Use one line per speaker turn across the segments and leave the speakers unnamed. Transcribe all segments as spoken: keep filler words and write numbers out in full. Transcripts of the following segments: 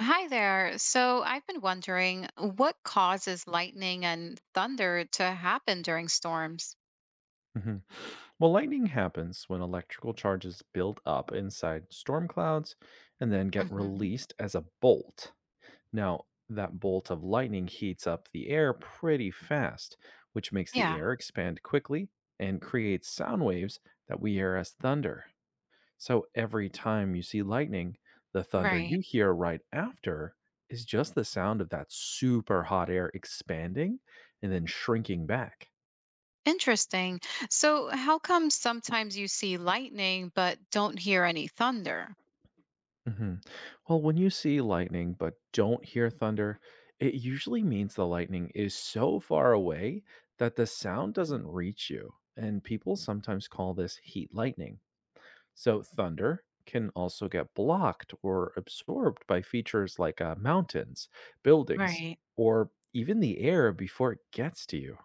Hi there. So I've been wondering what causes lightning and thunder to happen during storms?
hmm Well, lightning happens when electrical charges build up inside storm clouds and then get
Hmm.
released as a bolt. Now, that bolt of lightning heats up the air pretty fast, which makes the
Yeah,
air expand quickly and creates sound waves that we hear as thunder. So, every time you see lightning, the thunder
right.
you hear right after is just the sound of that super hot air expanding and then shrinking back.
Interesting. So, how come sometimes you see lightning but don't hear any thunder?
hmm Well, when you see lightning but don't hear thunder, it usually means the lightning is so far away that the sound
Mhm.
doesn't reach you. And people sometimes call this heat lightning. So, thunder can also get blocked or absorbed by features like uh, mountains, buildings,
Right.
or even the air before it gets to you.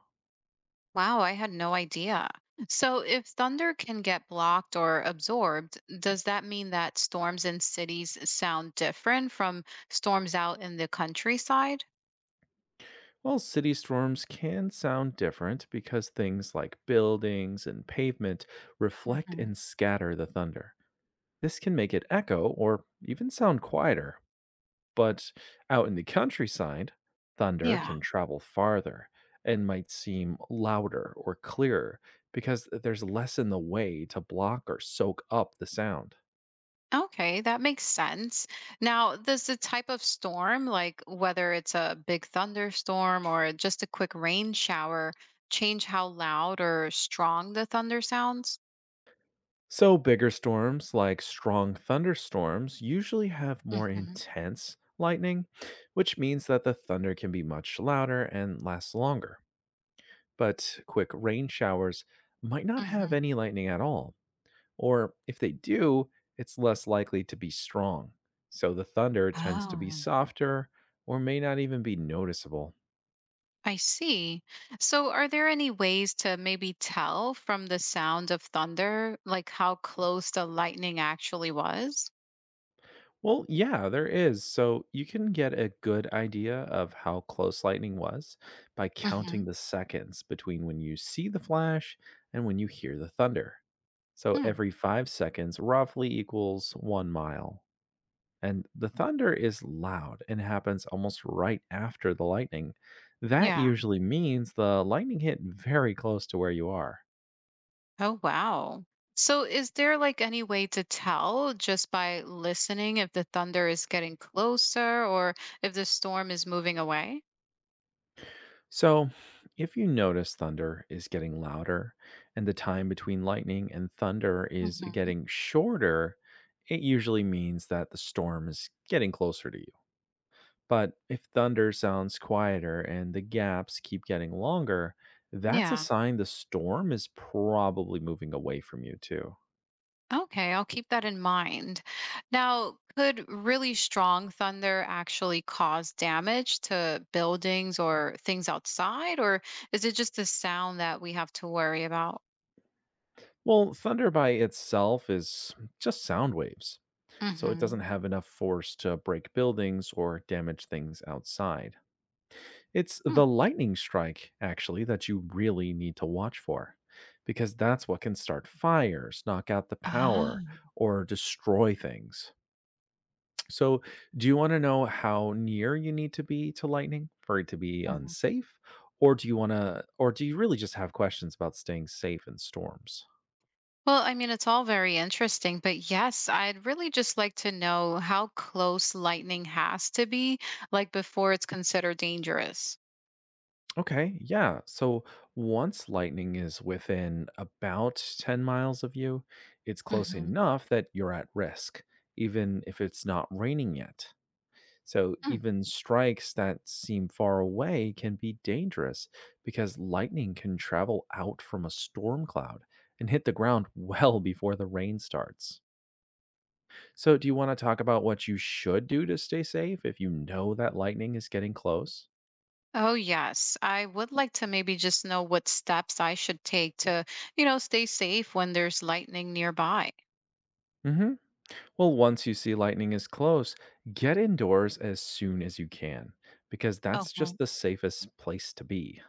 Wow, I had no idea. So, if thunder can get blocked or absorbed, does that mean that storms in cities sound different from storms out in the countryside?
Well, city storms can sound different because things like buildings and pavement reflect
Hmm.
and scatter the thunder. This can make it echo or even sound quieter, but out in the countryside, thunder
Yeah.
can travel farther and might seem louder or clearer because there's less in the way to block or soak up the sound.
Okay, that makes sense. Now, does the type of storm, like whether it's a big thunderstorm or just a quick rain shower, change how loud or strong the thunder sounds?
So, bigger storms like strong thunderstorms usually have more
Hmm.
intense lightning, which means that the thunder can be much louder and last longer. But quick rain showers might not have
Hmm.
any lightning at all. Or if they do, it's less likely to be strong. So the thunder tends to be
Oh,
softer or may not even be noticeable.
I see. So, are there any ways to maybe tell from the sound of thunder, like how close the lightning actually was?
Well, yeah, there is. So you can get a good idea of how close lightning was by
Hmm.
counting the seconds between when you see the flash and when you hear the thunder. So every five seconds roughly equals one mile. And the thunder is loud and happens almost right after the lightning. That
Yeah.
usually means the lightning hit very close to where you are.
Oh, wow. So, is there like any way to tell just by listening if the thunder is getting closer or if the storm is moving away?
So, if you notice thunder is getting louder and the time between lightning and thunder is
Hmm.
getting shorter, it usually means that the storm is getting closer to you. But if thunder sounds quieter and the gaps keep getting longer, that's a
Yeah.
sign the storm is probably moving away from you, too.
Okay. I'll keep that in mind. Now, could really strong thunder actually cause damage to buildings or things outside, or is it just the sound that we have to worry about?
Well, thunder by itself is just sound waves, so it
Mm-hmm.
doesn't have enough force to break buildings or damage things outside. It's the lightning strike, actually, that you really need to watch for, because that's what can start fires, knock out the power, or destroy things. So, do you want to know how near you need to be to lightning for it to be
Oh.
unsafe? Or do you want to, or do you really just have questions about staying safe in storms?
Well, I mean, it's all very interesting, but yes, I'd really just like to know how close lightning has to be, like before it's considered dangerous.
Okay, yeah. So once lightning is within about ten miles of you, it's close
Hmm.
enough that you're at risk, even if it's not raining yet. So even strikes that seem far away can be dangerous because lightning can travel out from a storm cloud and hit the ground well before the rain starts. So, do you want to talk about what you should do to stay safe if you know that lightning is getting close?
Oh, yes. I would like to maybe just know what steps I should take to, you know, stay safe when there's lightning nearby.
Mm hmm. Well, once you see lightning is close, get indoors as soon as you can, because that's
Okay.
just the safest place to be.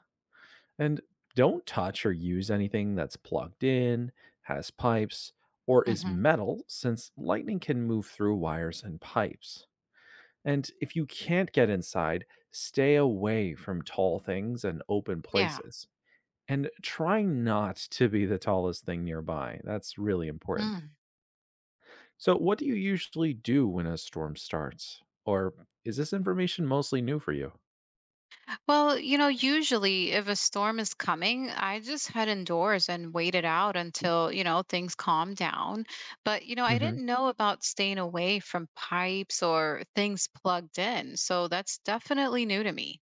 And don't touch or use anything that's plugged in, has pipes, or is
Hmm.
metal, since lightning can move through wires and pipes. And if you can't get inside, stay away from tall things and open
Yeah.
places. And try not to be the tallest thing nearby. That's really important. So, what do you usually do when a storm starts? Or is this information mostly new for you?
Well, you know, usually if a storm is coming, I just head indoors and wait it out until, you know, things calm down. But, you know, I
hmm
didn't know about staying away from pipes or things plugged in. So that's definitely new to me.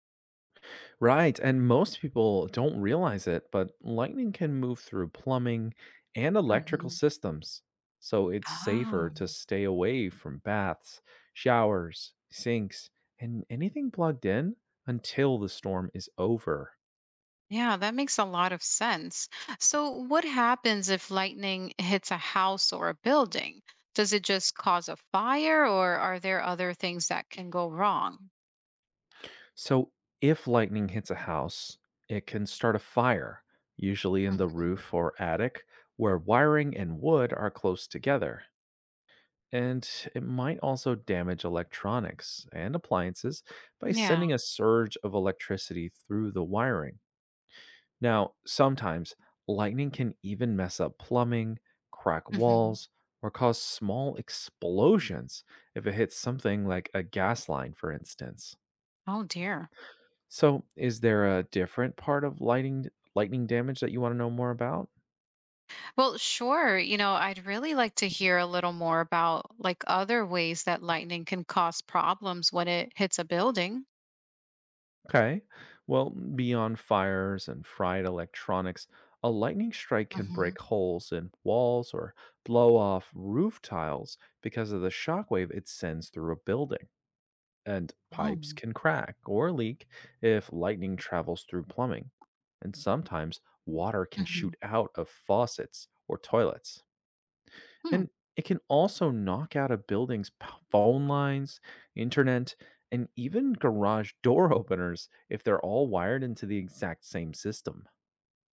Right. And most people don't realize it, but lightning can move through plumbing and electrical
Hmm.
systems. So, it's safer to
Oh.
stay away from baths, showers, sinks, and anything plugged in until the storm is over.
Yeah, that makes a lot of sense. So, what happens if lightning hits a house or a building? Does it just cause a fire or are there other things that can go wrong?
So, if lightning hits a house, it can start a fire, usually in the
Mhm.
roof or attic, where wiring and wood are close together. And it might also damage electronics and appliances by
Yeah.
sending a surge of electricity through the wiring. Now, sometimes lightning can even mess up plumbing, crack
Hmm.
walls, or cause small explosions if it hits something like a gas line, for instance.
Oh, dear.
So, is there a different part of lightning lightning damage that you want to know more about?
Well, sure. You know, I'd really like to hear a little more about like other ways that lightning can cause problems when it hits a building.
Okay. Well, beyond fires and fried electronics, a lightning strike can
Hmm.
break holes in walls or blow off roof tiles because of the shockwave it sends through a building. And pipes
Oh.
can crack or leak if lightning travels through plumbing. And sometimes water can
Hmm.
shoot out of faucets or toilets.
Hmm.
And it can also knock out a building's p- phone lines, internet, and even garage door openers if they're all wired into the exact same system.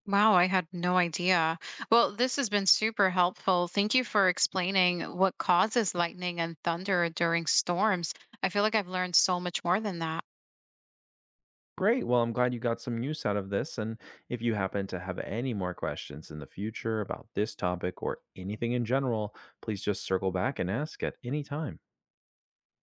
Wow, I had no idea. Well, this has been super helpful. Thank you for explaining what causes lightning and thunder during storms. I feel like I've learned so much more than that.
Great. Well, I'm glad you got some use out of this. And if you happen to have any more questions in the future about this topic or anything in general, please just circle back and ask at any time.